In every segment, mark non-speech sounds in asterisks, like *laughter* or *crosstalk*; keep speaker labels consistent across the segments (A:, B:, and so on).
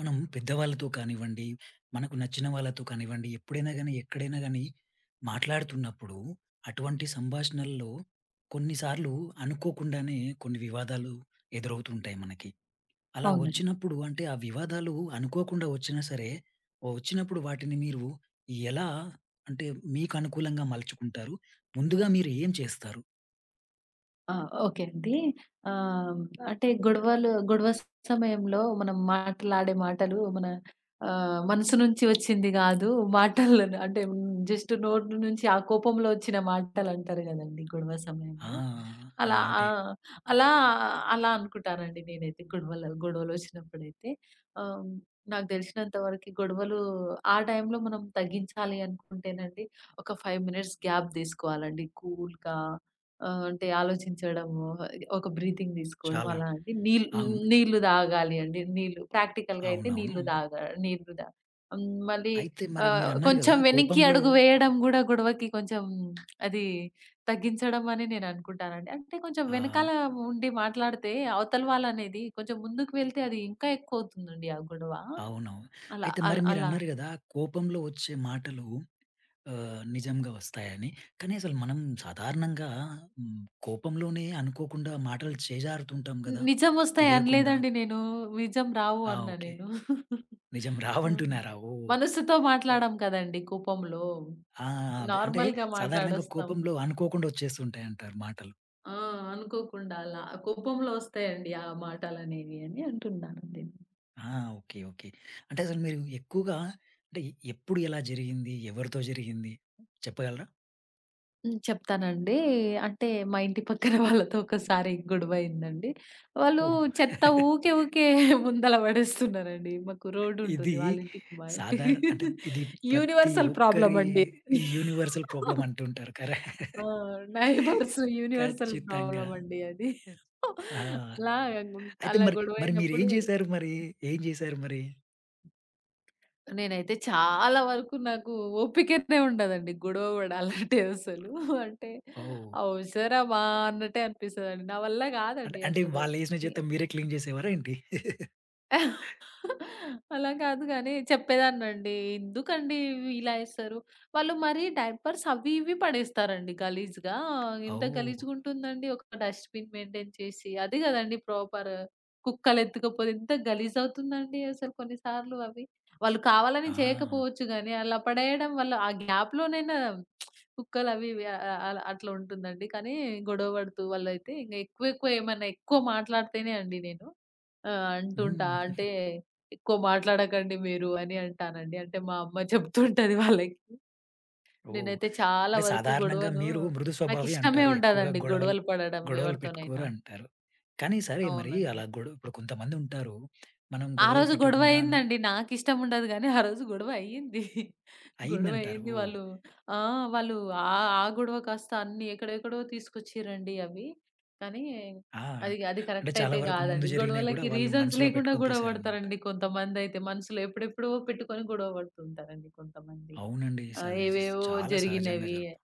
A: మనం పెద్దవాళ్ళతో కానివ్వండి, మనకు నచ్చిన వాళ్ళతో కానివ్వండి, ఎప్పుడైనా గానీ, ఎక్కడైనా గానీ మాట్లాడుతున్నప్పుడు అటువంటి సంభాషణల్లో కొన్నిసార్లు అనుకోకుండానే కొన్ని వివాదాలు ఎదురవుతుంటాయి మనకి. అలా
B: అవునండి.
A: వచ్చినప్పుడు అంటే ఆ వివాదాలు అనుకోకుండా వచ్చినా సరే, ఓ వచ్చినప్పుడు వాటిని మీరు ఎలా అంటే మీకు అనుకూలంగా మలుచుకుంటారు? ముందుగా మీరు ఏం చేస్తారు?
B: ఆ! ఓకే అండి. ఆహ్, అంటే గొడవ సమయంలో మనం మాట్లాడే మాటలు మన మనసు నుంచి వచ్చింది గాదు. మాటల్లోనే అంటే జస్ట్ నోటి నుంచి ఆ కోపంలో వచ్చిన మాటలంటారు గదండీ గొడవ
A: ఆ!
B: సమయంలో.
A: ఆ!
B: అలా ఆ!
A: అంటే
B: అలా అలా అనుకుంటానండి నేనైతే గొడవలొచ్చినప్పుడైతే. ఆహ్, నాకు దెలిసినంత వరకి గొడవలు ఆ టైంలో మనం తగ్గించాలి అనుకుంటేనండి ఒక 5 మినిట్స్ గ్యాప్ దీసుకోవాలండి. కూల్‌గా అంటే ఆలోచించడము, ఒక బ్రీతింగ్ తీసుకోవడం
A: చాలా
B: అలా అండి.
A: అవును.
B: నీళ్లు తాగాలి అండి. నీళ్లు ప్రాక్టికల్‌గా అయితే
A: అవునవును.
B: నీళ్లు తాగ నీళ్లు దా హ్మ్. మళ్ళీ
A: అయితే మరి
B: ఆహ్,
A: మీరన్నారు గదా!
B: కొంచెం వెనక్కి
A: కోపంలో
B: అడుగు వేయడం గూడా గొడవకి కొంచెం అది తగ్గించడం అని నేను అనుకుంటానండి. అంటే కొంచెం
A: ఆ!
B: వెనకాల ఉండి మాట్లాడితే అవతల వాళ్ళనేది కొంచెం ముందుకు వెళ్తే అది ఇంకా ఎక్కువ అవుతుందండి ఆ గొడవ.
A: అవునవును.
B: అలా
A: అయితే మరి
B: అలా అలా
A: మీరన్నారు గదా! కోపంలో వచ్చే మాటలు నిజంగా వస్తాయని. కానీ అసలు మనం సాధారణంగా హ్మ్, కోపంలోనే అనుకోకుండా మాటలు చేజారుతుంటాం గదా!
B: నిజమొస్తాయి
A: తెలియకుండా.
B: అనలేదండి నేను. నిజం రావు
A: ఆ!
B: అన్నా
A: ఓకే.
B: నేను.
A: నిజం
B: ఆ!
A: రావంటున్నారా? ఓహ్!
B: మనసుతో
A: ఆహ్,
B: మాట్లాడం కదండీ కోపంలో.
A: ఆ! అదే. అంటే
B: నార్మల్‌గా
A: సాధారణంగా
B: మాట్లాడొస్తాం.
A: కోపంలో అనుకోకుండా వచ్చేస్తుంటాయంటారు మాటలు.
B: ఆ! అనుకోకుండా అలా కోపంలో వస్తాయండి ఆ మాటలనేవి అని అంటున్నానండి.
A: ఆ! ఓకే. ఓకే. అంటే అసలు మీరు ఎక్కువగా అంటే ఎప్పుడు ఎలా జరిగింది? ఎవరితో జరిగింది? చెప్పగలరా?
B: హ్మ్. చెప్తానండి. అంటే మా ఇంటి పక్కన వాళ్ళతో ఒకసారి గొడవయిందండి. వాళ్ళు
A: ఓహ్!
B: చెత్త ఊకే ముందల పడేస్తున్నారండి. మాకు రోడ్
A: ఇది
B: ఉంటుంది వాళ్ళ ఇంటికి, మా ఇంటికి.
A: సాధారణ అంటే ఇది ప్రతి
B: యూనివర్సల్ ప్రాబ్లమ్
A: ఒక్కరి
B: అండి.
A: యూనివర్సల్ ప్రాబ్లమ్ అంటుంటారు. కర
B: ఆ! నైబర్స్ యూనివర్సల్
A: ఖచ్చితంగా.
B: ప్రాబ్లమ్ అండి అది.
A: ఆ!
B: అలా,
A: అయితే
B: అలా
A: మరి, మీరేం
B: గొడవయినప్పుడు
A: చేశారు మరి? ఏం చేశారు మరి?
B: నేనైతే చాలా వరకు నాకు ఓపికనే ఉండదండి గొడవ పడాలంటే అసలు. అంటే
A: ఓహ్!
B: అవసరమా అన్నట్టే అనిపిస్తదండి. నా వల్ల
A: అంటే,
B: కాదండి
A: అంటే
B: అసలు.
A: వాళ్ళేసిన చెత్త మీరే క్లీన్ చేసేవారా ఏంటి?
B: అలా కాదు గానీ చెప్పేదాన్నండి. ఎందుకండి ఇవి ఇలా ఏస్తారు? వాళ్ళు మరీ డైపర్స్ అవి ఇవి పడేస్తారండి గలీజ్‌గా. ఎంత
A: ఓహ్!
B: గలీజ్‌గుంటుందండి ఒక డస్ట్‌బిన్ మెయింటైన్ చేసి. అది గదండీ ప్రాపర్. కుక్కలెత్తుకపోతే ఎంత గలీజ్ అవుతుందండి అసలు కొన్ని సార్లు అవి. వాళ్ళు కావాలని
A: ఆ!
B: చేయకపోవచ్చు గానీ, అలా పడేయడం వల్ల ఆ గ్యాప్‌లోనైనా కుక్కలు అవి ఇవి ఆహ్, ఆహ్, అట్లా ఉంటుందండి. కానీ గొడవ పడుతూ వాళ్ళైతే ఇంక ఎక్కువ ఎక్కువ ఏమన్నా ఎక్కువ మాట్లాడితేనే అండి నేను. ఆ! అంటుంటా.
A: హ్మ్.
B: అంటే, "ఎక్కువ మాట్లాడకండి మీరు" అని అంటానండి. అంటే మా అమ్మ చెప్తుంటది వాళ్ళకి.
A: ఓహ్!
B: నేనైతే చాలా
A: అంటే
B: వరకు
A: సాధారణంగా
B: గొడవను
A: మీరు మృదు స్వభావి
B: నాకిష్టమే
A: అంటారు. ఎక్కువగా
B: ఉండదండి
A: గొడవలు
B: గొడవలు పడడం
A: గొడవలు పెట్టుకోరు
B: ఎవరితోనైనా.
A: అంటారు. కానీ సరే మరి
B: అవునండి.
A: అలా గొడవ ఇప్పుడు కొంతమందుంటారు. మనం
B: ఆ
A: గొడవలు
B: రోజు గొడవ
A: పెట్టకుండా
B: అయిందండి. నాకిష్టం ఉండదు గానీ, ఆ రోజు గొడవ అయ్యింది. గొడవ
A: అయిందంటారు.
B: అయింది.
A: ఓహ్!
B: వాళ్ళు ఆ! వాళ్ళు ఆహ్, ఆ గొడవ కాస్త అన్ని ఎక్కడెక్కడో తీసుకొచ్చిర్రండి అవి. కానీ,
A: ఆ!
B: అది అది
A: అంటే
B: కరెక్ట్
A: చాలా
B: అయితే
A: వరకు
B: కాదండి.
A: ముందు జరిగినవి గూడా
B: గొడవలకి
A: వాళ్ళు
B: రీజన్స్
A: మనసులో
B: లేకుండా
A: పెట్టుకొని
B: గొడవ
A: తీశారనమాట.
B: పడతారండి కొంతమందైతే. మనసులో ఎప్పుడెప్పుడో పెట్టుకొని గొడవ పడుతుంటారండి కొంతమంది.
A: అవునండి. సహజ స్
B: ఏవేవో
A: చాలా సహజంగా
B: జరిగినవి
A: జరుపు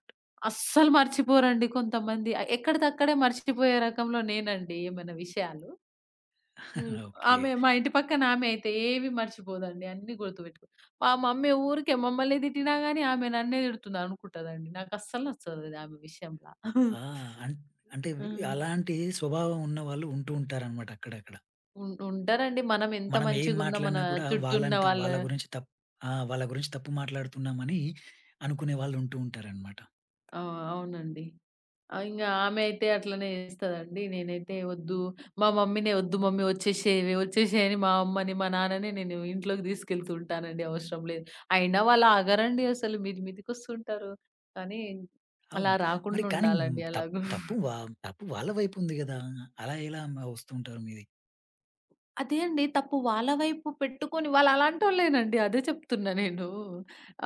B: అస్సలు మర్చిపోరండి కొంతమంది. ఆ, ఎక్కడిదక్కడే మర్చిపోయే రకంలో నేనండి ఏమైనా విషయాలు. హ్మ్.
A: *laughs* ఓకే.
B: ఆమె మా ఇంటి పక్కనామె అయితే ఏవి మర్చిపోదండి. అన్నీ గుర్తుపెట్టుకు మా మమ్మీ ఊరికే మమ్మల్ని తిట్టినా గాని ఆమె నన్నే తిడుతుందనుకుంటదండి. నాకస్సలు నచ్చదది ఆమె విషయంల.
A: ఆ! అన్ అంటే
B: హ్మ్.
A: అలాంటి స్వభావం ఉన్నవాళ్ళు ఉంటూ ఉంటారనమాట అక్కడక్కడ.
B: ఉంటారండి. మనం ఎంత
A: మనం ఏం
B: మంచిగున్నా మన
A: మాట్లాడినా కూడా
B: చుట్టూ ఉన్న
A: వాళ్ళంత
B: వాళ్ళ
A: వాళ్ళ గురించి తప్ ఆ! వాళ్ళ గురించి తప్పు మాట్లాడుతున్నామని అనుకునే వాళ్ళు ఉంటూ ఉంటారనమాట.
B: ఆ! అవునండి. ఆ! ఇంగ ఆమె అయితే అట్లనే చేస్తదండి. నేనైతే వద్దు, మా మమ్మీనే "వద్దు మమ్మీ వచ్చేసేయవే, వచ్చేసేయి" అని మా అమ్మని, మా నాన్నని నేను ఇంట్లోకి తీసుకెళ్తూ ఉంటానండి అవసరం లేదు. అయినా వాళ్ళు ఆగరండి అసలు మీది మీదికొస్తుంటారు. కానీ అలా
A: అవును. మరి
B: రాకుండా
A: కానీ
B: ఉండాలండి
A: తప్
B: అలాగూ.
A: తప్పు వా తప్పు వాళ్ళ వైపు ఉంది గదా! అలా ఎలా మ వస్తుంటారు మీది?
B: అదే అండి తప్పు వాళ్ళ వైపు పెట్టుకొని వాళ్ళు అలాంటోళ్ళేనండి అదే చెప్తున్నా నేను.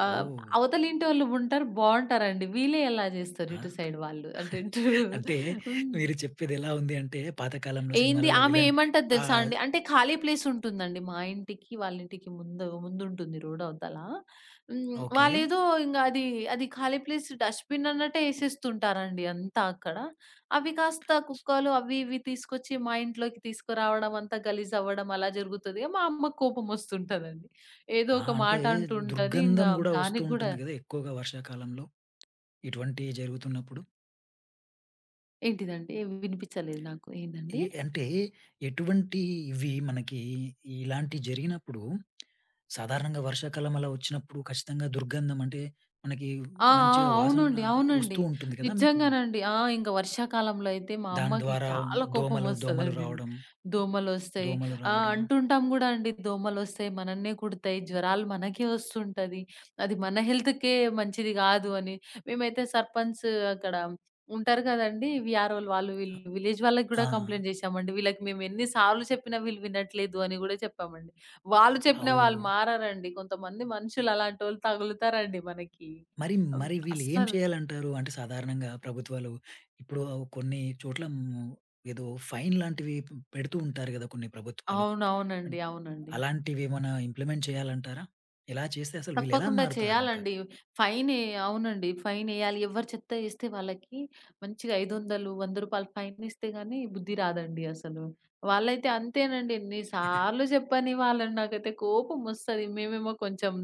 B: ఆహ్,
A: ఓహ్!
B: అవతల ఇంటోళ్ళు ఉంటారు బావుంటారండి. వీళ్ళే ఎలా చేస్తారు
A: ఆ!
B: ఇటు సైడ్ వాళ్ళు. అంటే ఇటు
A: అంటే
B: హ్మ్.
A: మీరు చెప్పేది ఎలా ఉంది అంటే పాతకాలంలో
B: ఏంది
A: సినిమాలలో
B: ఆమె
A: విలన్
B: ఏమంటది తెలుసా
A: ఆహ్,
B: అండి, అంటే ఖాళీ ప్లేస్ ఉంటుందండి మా ఇంటికి, వాళ్ళ ఇంటికి ముందు ముందుంటుంది రోడ్ అవతల. హ్మ్.
A: ఓకే.
B: వాళ్ళేదో ఇంగ అది, అది ఖాళీ ప్లేస్ డస్ట్‌బిన్ అన్నట్టే ఏసేస్తుంటారండి అంతా అక్కడ. అవి కాస్త కుక్కలు అవి ఇవి తీసుకొచ్చి మా ఇంట్లోకి తీసుకురావడం, అంతా గలీజ్ అవ్వడం అలా జరుగుతది. మా అమ్మకు కోపమొస్తుంటదండి. ఏదో
A: ఆ!
B: ఒక
A: అంటే
B: మాట అంటూ ఉంటది. ఇంగ
A: దుర్గంధం గూడా వస్తూ
B: దానికి గూడా
A: ఉంటుంది గదా! ఎక్కువగా వర్షాకాలంలో ఇటువంటివి జరుగుతున్నప్పుడు?
B: ఏంటిదండి? ఏ వినిపించలేదు నాకు.
A: ఈ
B: ఏందండి?
A: అంటే ఎటువంటి ఇవి మనకి ఇలాంటివి జరిగినప్పుడు సాధారణంగా వర్షాకాలం అలా వచ్చినప్పుడు ఖచ్చితంగా దుర్గంధం అంటే మనకి
B: ఆ! ఆ!
A: మంచిగా వాసన
B: అవునండి. అవునండి.
A: వస్తూ ఉంటుంది కదా! మీకు.
B: నిజంగానండి. ఆ! ఇంక వర్షాకాలంలో అయితే మా
A: దాని
B: అమ్మకి
A: ద్వారా
B: చాలా
A: దోమలు దోమలు
B: కోపమొస్తదండి.
A: రావడం,
B: దోమలొస్తాయి.
A: దోమలు
B: ఆ!
A: రావడం.
B: అంటుంటాం గూడా అండి దోమలొస్తాయి, మనన్నే కుడతాయి, జ్వరాలు మనకే వస్తుంటది. అది మన హెల్త్‌కే మంచిది గాదు అని. మేమైతే సర్పంచ్ అక్కడ ఉంటారు గదండీ! వీఆర్‌ఓలు వాళ్ళు వీళ్ళు విలేజ్ వాళ్ళకి
A: ఆ!
B: గూడా కంప్లెయింట్ జేశామండి. వీళ్ళకి మేము ఎన్ని సార్లు చెప్పినా వీళ్ళు వినట్లేదు అని గూడా చెప్పామండి. వాళ్ళు చెప్పినా
A: అవు.
B: వాళ్ళు మారరండి. కొంతమంది మనుషులు అలాంటోళ్ళు తగులుతారండి మనకి.
A: మరి,
B: హ్మ్.
A: మరి వీళ్ళు ఏం
B: అస్సలు.
A: చేయాలంటారు? అంటే సాధారణంగా ప్రభుత్వాలు ఇప్పుడు కొన్ని చోట్ల హ్మ్, ఏదో ఫైన్ లాంటివి పె పెడుతూ ఉంటారు గదా! కొన్ని ప్రభుత్వాలు. అన్
B: అవునవునండి. అవునండి.
A: అలాంటివేమన్నా ఇంప్లిమెంట్ చేయాలంటారా? ఇలా చేస్తే అసలు వీళ్ళెలా
B: తప్పకుండా
A: మారుతారంటారు?
B: చేయాలండి. ఫైనే అవునండి. ఫైనెయ్యాలి. ఎవరు చెత్త చేస్తే వాళ్ళకి మంచిగా 500, రూ. 100 ఫైనేస్తే గాని బుద్ధి రాదండి అసలు. వాళ్ళైతే అంతేనండి. ఎన్ని సార్లు
A: *laughs*
B: చెప్పని వాళ్ళని నాకైతే కోపమొస్తది. మేమేమో కొంచెం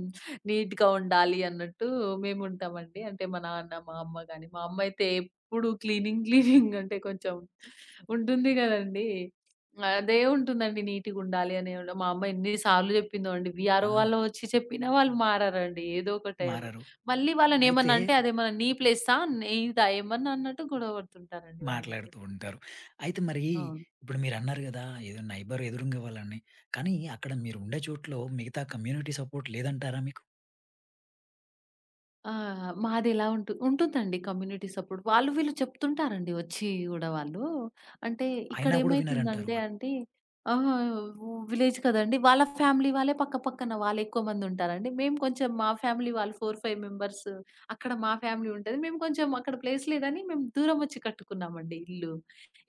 B: నీట్‌గా ఉండాలి అన్నట్టు మేముంటామండి. అంటే మా నాన్న, మా అమ్మ గాని, మా అమ్మ అయితే ఎప్పుడు క్లీనింగ్ క్లీనింగ్ అంటే కొంచెం ఉంటుంది గదండీ! అదేముంటుందండి నీట్‌గుండాలి అని ఏమన్నా. మా అమ్మ ఎన్ని సార్లు జెప్పిందో అండి. వీఆర్‌ఓ
A: ఆ!
B: వాళ్ళు వచ్చి చెప్పినా వాళ్ళు మారరండి. ఏదో ఒక టైంలో.
A: మారరు.
B: మళ్ళీ
A: అయితే
B: వాళ్ళనేమన్నా అంటే అదేమన్నా నీ ప్లేసా? నీదా ఏమన్నా అన్నట్టు గొడవ పడుతుంటారండి వాళ్ళైతే.
A: మాట్లాడుతూ ఉంటారు. అయితే మరి
B: అవును.
A: ఇప్పుడు మీరన్నారు గదా! ఏదో నైబర్ ఎదురుంగా వాళ్ళని. కానీ అక్కడ మీరుండే చోట్లో మిగతా కమ్యూనిటీ సపోర్ట్ లేదంటారా మీకు?
B: ఆ! మాదెలా ఉంటు ఉంటుందండి కమ్యూనిటీ సపోర్ట్. వాళ్ళు వీళ్ళు చెప్తుంటారండి వచ్చి గూడా వాళ్ళు. అంటే
A: అయినా గూడా వినరంటారు
B: ఇక్కడేమైతుందంటే
A: వాళ్ళు.
B: అండి ఆహ్, విలేజ్ కదండీ! వాళ్ళ ఫ్యామిలీ వాళ్ళే పక్క పక్కన వాళ్ళెక్కువ మందుంటారండి. మేము కొంచెం మా ఫ్యామిలీ వాళ్ళు 4, 5 మెంబర్స్ అక్కడ మా ఫ్యామిలీ ఉంటది. మేము కొంచెం అక్కడ ప్లేస్ లేదని మేము దూరమొచ్చి కట్టుకున్నామండి ఇల్లు.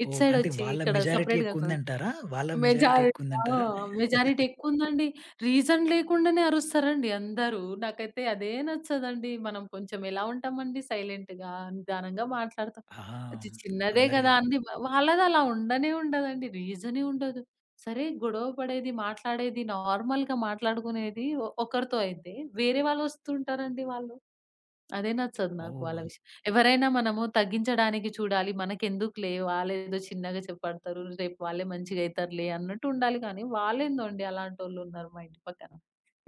B: ఇటు
A: ఓహ్! అంటే
B: సైడొచ్చి
A: వాళ్ళ
B: ఇక్కడ
A: మెజారిటీ
B: సెపరేట్‌గా కొ
A: ఎక్కువుందంటారా? వాళ్ళ మెజారిటీ
B: మెజారిటీ ఆ!
A: ఎక్కువుందంటారా?
B: మెజారిటీ ఎక్కువుందండి. రీజన్ లేకుండానే అరుస్తారండి అందరూ. నాకైతే అదే నచ్చదండి. మనం కొంచెం ఎలా ఉంటామండి సైలెంట్‌గా, నిదానంగా మాట్లాడతాం.
A: ఆ!
B: అది చిన్నదే
A: అందరి
B: గదా! అంది వాళ్ళది అలా ఉండనే ఉండదండి. రీజనే ఉండదు. సరే గొడవ పడేది, మాట్లాడేది, నార్మల్‌గా మాట్లాడుకునేది ఒకరితో అయితే, వేరే వాళ్ళొస్తుంటారండి వాళ్ళు. అదే నచ్చదు నాకు
A: ఓహ్!
B: వాళ్ళ విషయం. ఎవరైనా మనము తగ్గించడానికి చూడాలి. మనకెందుకులే వాళ్ళేదో చిన్నగా చెప్పడతారు. రేపు వాళ్ళే మంచిగా అయితారులే అన్నట్టు ఉండాలి కానీ, వాళ్ళేందండి అలాంటోళ్ళున్నారు మా ఇంటి పక్కన.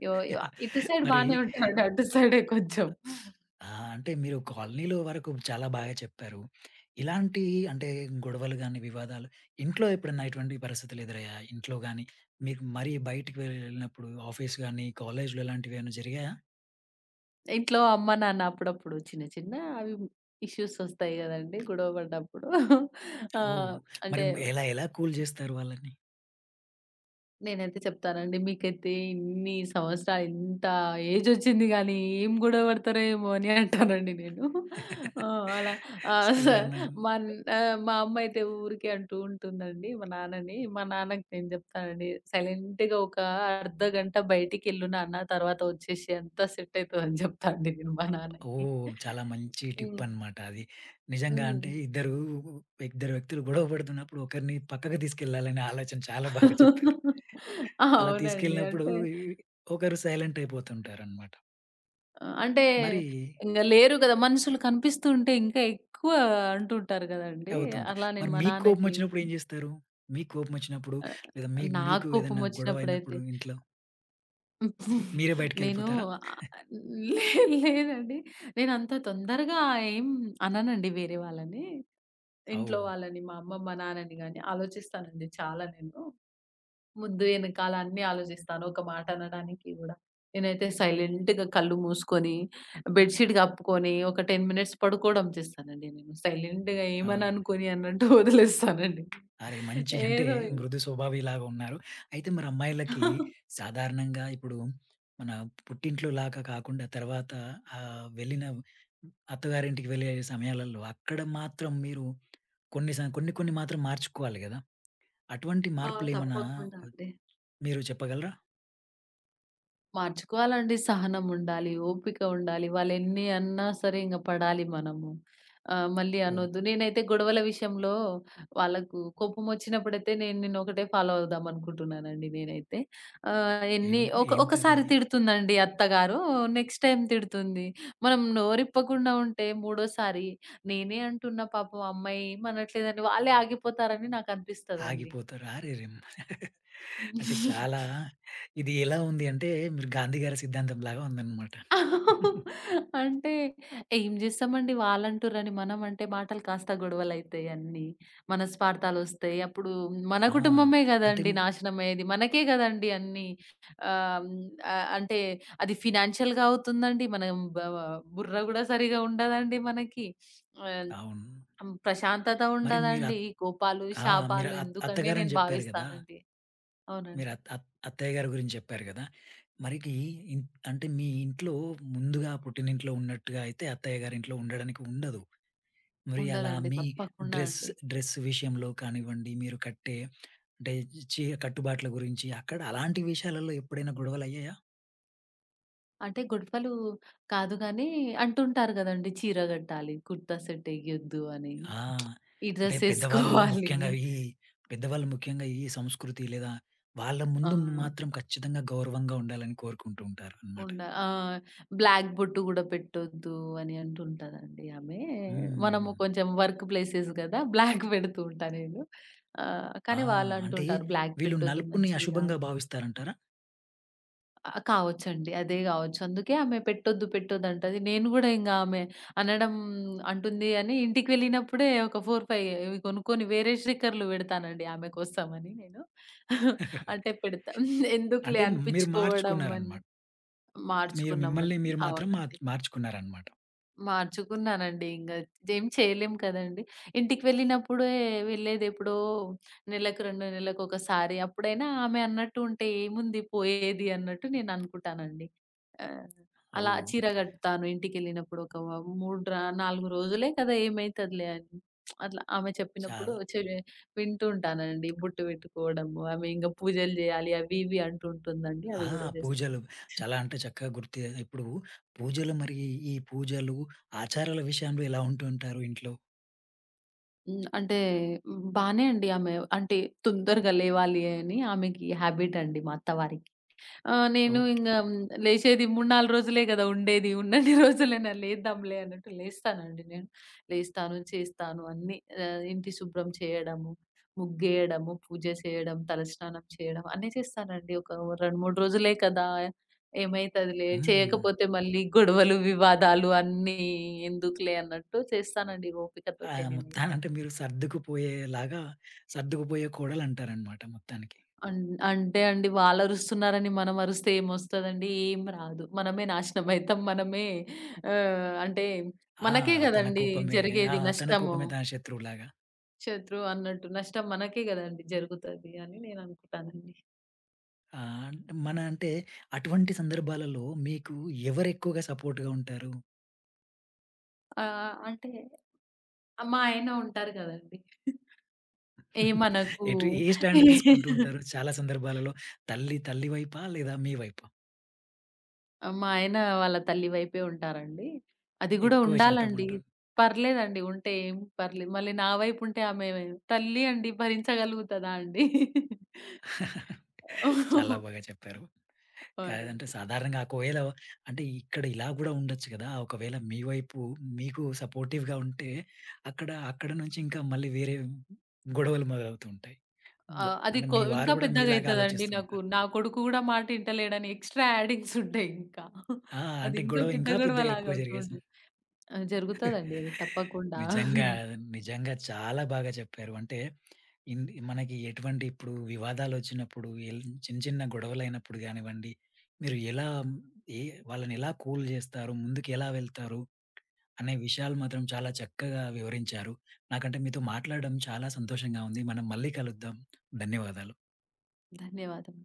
B: యో యో ఇటు సైడ్
A: మరి
B: బానే ఉంటాడు. అటు సైడే కొంచెం.
A: అంటే మీరు కాలనీలో వరకు చాలా బాగా చెప్పారు. ఇలాంటి అంటే గొడవలు గాని, వివాదాలు ఇంట్లో ఎప్పుడన్నా ఇటువంటి పరిస్థితులు ఎదురయ్యాయా? ఇంట్లో గాని, మీకు మరి బయటికి వెళ్ళినప్పుడు ఆఫీస్ గాని, కాలేజ్‌లో ఇలాంటివి ఏమైనా జరిగాయా?
B: ఇంట్లో అమ్మ, నాన్న అప్పుడప్పుడు చిన్న చిన్న అవి ఇష్యూస్ వస్తాయి గదండీ గొడవ పడ్డప్పుడు. ఆ!
A: ఓహ్! మరి
B: అంటే
A: ఎలా ఎలా కూల్ చేస్తారు వాళ్ళని?
B: నేనైతే చెప్తానండి. మీకైతే ఇన్ని సంవత్సరాలు ఇంత ఏజొచ్చింది గానీ, ఏం గొడవ పడతారో ఏమో అని అంటానండి నేను. ఆ! అలా ఆహ్, స
A: సాధారణంగా
B: మన్ ఆహ్, మా అమ్మ అయితే ఊరికే అంటూ ఉంటుందండి మా నాన్నని. మా నాన్నకి నేను చెప్తానండి, "సైలెంట్‌గా ఒక అర్ధ గంట బయటికెళ్ళు నాన్న, తర్వాత వచ్చేసేయి అంతా సెట్ అయితదని" చెప్తా అండి నేను మా నాన్నకి.
A: ఓహ్! చాలా మంచి టిప్
B: హ్మ్.
A: అన్నమాట అది. నిజంగా అంటే
B: హ్మ్.
A: ఇద్దరు, ఇద్దరు వ్యక్తులు గొడవ పడుతున్నప్పుడు ఒకరిని పక్కకు తీసుకెళ్ళాలనే ఆలోచన చాలా బాగా చెప్పారు.
B: *laughs*
A: అలా
B: అవునండి.
A: తీసుకెళ్ళినప్పుడు
B: అంటే
A: ఒకరు సైలెంట్ అయిపోతుంటారన్నమాట.
B: ఆ! అంటే
A: మరి
B: ఇంగ లేరు గదా! మనుషులు కనిపిస్తూ ఉంటే ఇంకా ఎక్కువ అంటుంటారు గదండీ.
A: అవుతుంటాయి.
B: అలా నేను
A: మరి
B: మా
A: మీకు కోపం
B: నాన్నకి
A: వచ్చినప్పుడు ఏం జేస్తారు? మీకు కోపం వచ్చినప్పుడు
B: ఆహ్,
A: లేదా మీకు
B: నాకు
A: ఏదైనా గొడవ
B: కోపమొచ్చినప్పుడైతే
A: అయినప్పుడు ఇంట్లో మీరే
B: *laughs* నేను
A: బయటికెళ్ళిపోతారా?
B: ఆహ్, లే లేదండి. నేనంత తొందరగా ఏం అననండి వేరే వాళ్ళని. ఇంట్లో
A: ఓహ్!
B: వాళ్ళని, మా అమ్మ, మా నాన్నని గాని ఆలోచిస్తానండి చాలా నేను. ముద్దు ఎనకాల అన్నీ ఆలోచిస్తాను. ఒక మాట అనడానికి గూడా. నేనైతే సైలెంట్‌గా కళ్ళు మూసుకొని, బెడ్‌షీట్ కప్పుకొని, ఒక 10 మినిట్స్ పడుకోవడం చేస్తానండి నేను. సైలెంట్‌గా
A: ఆ!
B: ఏమని అనుకోని అన్నట్టు వదిలేస్తానండి.
A: అరే! మంచి అంటే
B: ఏదో
A: మృదు స్వభావిలాగా ఉన్నారు. అయితే మరి అమ్మాయిలకి సాధారణంగా ఇప్పుడు మన పుట్టింట్లో లాగా కాకుండా తర్వాత వెళ్ళిన అత్తగారింటికి వెళ్ళే సమయాలలో అక్కడ మాత్రం మీరు కొన్ని స కొన్ని కొన్ని మాత్రం మార్చుకోవాలి గదా! అటువంటి
B: ఆ!
A: మార్పులేమన్నా
B: తప్పకుండా అండి.
A: మీరు చెప్పగలరా?
B: మార్చుకోవాలండి. సహనముండాలి, ఓపిక ఉండాలి. వాళ్ళెన్ని అన్నా సరే ఇంగ పడాలి మనము. మళ్ళీ
A: ఓహ్!
B: అనొద్దు. నేనైతే గొడవల విషయంలో వాళ్ళకు కోపమొచ్చినప్పుడైతే నేనొకటే ఫాలో అవుదాం అనుకుంటున్నానండి నేనైతే. ఆహ్,
A: ఏం
B: ఎన్ని ఒక
A: ఏంటది?
B: ఒకసారి తిడుతుందండి అత్తగారు. నెక్స్ట్ టైమ్ తిడుతుంది. మనం నోరిప్పకుండా ఉంటే మూడోసారి నేనే అంటున్నా పాపం అమ్మాయి ఏమనట్లేదని వాళ్ళే ఆగిపోతారని నాకనిపిస్తదండి.
A: ఆగిపోతారు. అరెరెమ్! *laughs* అంటే చాలా ఇది ఎలా ఉంది అంటే మీరు గాంధీ గారి సిద్ధాంతం లాగా ఉందన్నమాట. *laughs*
B: అంటే ఏం జేస్తామండి వాళ్ళంటుర్రని మనం అంటే మాటలు కాస్త గొడవలైతాయి అన్నీ. మనస్పార్థాలొస్తాయి. అప్పుడు మన
A: ఆ!
B: కుటుంబమే
A: అంటే
B: గదండీ నాశనమయ్యేది. మనకే గదండీ అన్నీ. ఆహ్, హ్మ్, అంటే అది ఫినాన్షియల్‌గా అవుతుందండి. మనం బుర్ర గూడా సరిగా ఉండదండి మనకి. ఆహ్,
A: అవును.
B: హ్మ్, ప్రశాంతత
A: మరి మీరు
B: ఉండదండి.
A: అత్
B: ఈ కోపాలు,
A: ఆ! మీరు
B: శాపాలు
A: అత్
B: ఎందుకనే
A: అత్తగారని
B: నేను
A: జెప్పారు గదా!
B: భావిస్తానండి.
A: మీరు
B: అవునండి.
A: అత్ అత్ అత్తయ్య గారి గురించి జెప్పారు గదా! మరికి ఇన్ అంటే మీ ఇంట్లో ముందుగా పుట్టినింట్లో ఉన్నట్టుగా అయితే అత్తయ్య గారింట్లో ఉండడానికి ఉండదు. మరి అలా
B: ఉండదండి.
A: మీ
B: తప్పకుండా
A: డ్రెస్
B: అండి.
A: డ్రెస్ విషయంలో కానివ్వండి, మీరు కట్టే అంటే చీర కట్టుబాట్ల గురించి అక్కడ అలాంటి విషయాలలో ఎప్పుడైనా గొడవలయ్యాయా?
B: అంటే గొడవలు కాదు గానీ, అంటుంటారు గదండీ! చీర గట్టాలి, కుర్తా సెట్ ఎయ్యొద్దు అని,
A: ఆ!
B: ఈ
A: అంటే
B: డ్రెస్
A: పెద్దవాళ్ళు
B: ఏసుకోవాలి.
A: ముఖ్యంగా ఈ పెద్దవాళ్ళు ముఖ్యంగా ఈ సంస్కృతి లేదా వాళ్ళ
B: ఆ!
A: ముందు మాత్రం ఖచ్చితంగా గౌరవంగా ఉండాలని కోరుకుంటూ ఉంటారనమాట.
B: ఉండ ఆ! బ్లాక్ బొట్టు గూడా పెట్టొద్దు అని అంటుంటదండి ఆమె. మనము
A: హ్మ్.
B: కొంచెం వర్క్ ప్లేసెస్ గదా! బ్లాక్ పెడుతూ ఉంటా నేను.
A: ఆ!
B: కానీ
A: అంటే
B: వాళ్ళంటుంటారు, "బ్లాక్
A: వీళ్ళు
B: పెట్టొద్దు
A: నలుపుని
B: మంచిది కాదు."
A: అశుభంగా భావిస్తారంటారా?
B: ఆ! కావచ్చండి. అదే గావచ్చు. అందుకే ఆమె పెట్టొద్దు, పెట్టొద్దంటది. నేను గూడా ఇంగా ఆమె అనడం అంటుంది అని ఇంటికి వెళ్ళినప్పుడే ఒక 4, 5 ఇవి కొనుక్కొని వేరే స్టిక్కర్‌లు పెడతానండి ఆమె కోసమని నేను. అంటే పెడతా. *laughs* ఎందుకులే
A: అంటే మీరు
B: అనిపిచ్చుకోవడం అని.
A: మార్చుకున్నారన్నమాట. మీరు మిమ్మల్ని
B: మార్చుకున్నామండి.
A: మీరు మాత్రం
B: అవునండి.
A: మార్చ్ మార్చుకున్నారన్నమాట.
B: మార్చుకున్నానండి. ఇంగ ఏం చేయలేం కదండీ! ఇంటికి వెళ్ళినప్పుడే వెళ్ళేదెప్పుడో నెలకు 2 నెలలకొకసారి. అప్పుడైనా ఆమె అన్నట్టు ఉంటే ఏముంది పోయేది అన్నట్టు నేననుకుంటానండి. ఆహ్, అలా
A: ఓహ్!
B: చీర కడతాను ఇంటికెళ్ళినప్పుడు ఒక 3 ర 4 రోజులే కదా! ఏమైతదిలే అని. అట్లా ఆమె చెప్పినప్పుడు
A: చాలా
B: వింటూ ఉంటానండి. బొట్టు పెట్టుకోవడము, ఆమె ఇంగ పూజలు జేయాలి అవి ఇవి అంటూ ఉంటుందండి.
A: ఆ!
B: అవి గూడా చేస్తా.
A: పూజలు చాలా అంటే చక్కగా గుర్తు ఇప్పుడు పూజలు మరి ఈ పూజలు, ఆచారాల విషయంలో ఎలా ఉంటూ ఉంటారు ఇంట్లో?
B: హ్మ్. అంటే బానే అండి ఆమె అంటే తొందరగా లేవాలి అని ఆమెకి హాబిట్ అండి మా అత్తవారికి. నేను
A: ఓకే.
B: ఇంగా లేచేది 3, 4 రోజులే గదా! ఉండేది. ఉన్నన్ని రోజులైనా లేద్దాంలే అన్నట్టు లేస్తానండి నేను. లేస్తాను, చేస్తాను అన్నీ ఇంటి శుభ్రం చేయడము, ముగ్గేయడము, పూజ చేయడం, తలస్నానం చేయడం అన్నీ చేస్తానండి. ఒక 2, 3 రోజులే కదా! ఏమైతదిలే
A: హ్మ్.
B: చేయకపోతే మళ్ళీ గొడవలు, వివాదాలు అన్నీ ఎందుకులే అన్నట్టు చేస్తానండి
A: ఆ!
B: ఓపికతోటి నేనైతే.
A: మొత్తానంటే మీరు సర్దుకుపోయేలాగా సర్దుకుపోయే కోడలంటారన్నమాట మొత్తానికి.
B: అన్ అంటే అండి వాళ్ళరుస్తున్నారని మనం అరిస్తే ఏమొస్తదండి? ఏం రాదు. మనమే నాశనమైతాం. మనమే ఆహ్, అంటే
A: ఆ!
B: మనకే
A: తన
B: గదండీ
A: కోపమే ఆ!
B: జరిగేది
A: తన
B: నష్టము.
A: కోపమే తన శత్రువులాగా.
B: శత్రువు అన్నట్టు నష్టం మనకే గదండీ జరుగుతది అని నేననుకుంటానండి.
A: ఆ! అంటే అటువంటి సందర్భాలలో మీకు ఎవరెక్కువగా సపోర్ట్‌గా ఉంటారు?
B: అంటే మా ఆయన ఉంటారు గదండీ!
A: *laughs*
B: ఏమనకు
A: ఎటు ఏ స్టాండ్ తీసుకుంటూ ఉంటారు? చాలా సందర్భాలలో తల్లి, తల్లి వైపా? లేదా మీ వైపా?
B: ఆ! మా ఆయన వాళ్ళ తల్లి వైపే ఉంటారండి. అది గూడా
A: ఎక్కువ శాతం
B: ఉండాలండి.
A: ఉంటాను.
B: పర్లేదండి ఉంటే ఏం పర్లేదు. మళ్ళీ నా వైపు ఉంటే ఆమె తల్లి అండి భరించగలుగుతదా అండి?
A: *laughs* చాలా బాగా చెప్పారు. కాదంటే
B: అవునండి.
A: సాధారణంగా ఒకవేళ అంటే ఇక్కడ ఇలా గూడా ఉండొచ్చు గదా! ఒకవేళ మీ వైపు మీకు సపోర్టివ్‌గా ఉంటే అక్కడ, అక్కడ నుంచి ఇంకా మళ్ళీ వేరే గొడవలు మొదలవుతూ ఉంటాయి.
B: ఆ!
A: వ
B: అది
A: అంటే
B: కొ
A: మీ వారు
B: ఇంకా
A: గూడా మీలాగా
B: పెద్దగయితదండి
A: ఆలోచిస్తూ
B: నాకు.
A: ఉంటారు.
B: నా కొడుకు గూడా మాట ఇంటలేడని ఎక్స్‌ట్రా యాడింగ్స్ ఉంటాయి ఇంకా.
A: ఆ!
B: అది
A: అంటే
B: ఇంకా
A: గొడవ
B: పెద్ద
A: ఇంకా పెద్దగా
B: గొడవలాగా
A: ఎక్కువ
B: అవుతూ
A: జరిగేసింది.
B: ఉంటది. ఆ! జరుగుతదండి అది తప్పకుండా.
A: నిజంగా, నిజంగా చాలా బాగా చెప్పారు. అంటే ఇన్ మనకి ఎటువంటి ఇప్పుడు వివాదాలొచ్చినప్పుడు, ఎల్ చిన్న చిన్న గొడవలైనప్పుడు గానివ్వండి, మీరు ఎలా ఏ వాళ్ళని ఎలా కూల్ జేస్తారు? ముందుకెలా వెళ్తారు? అనే విషయాలు మాత్రం చాలా చక్కగా వివరించారు. నాకంటే మీతో మాట్లాడడం చాలా సంతోషంగా ఉంది. మనం మళ్ళీ కలుద్దాం. ధన్యవాదాలు.
B: ధన్యవాదములు.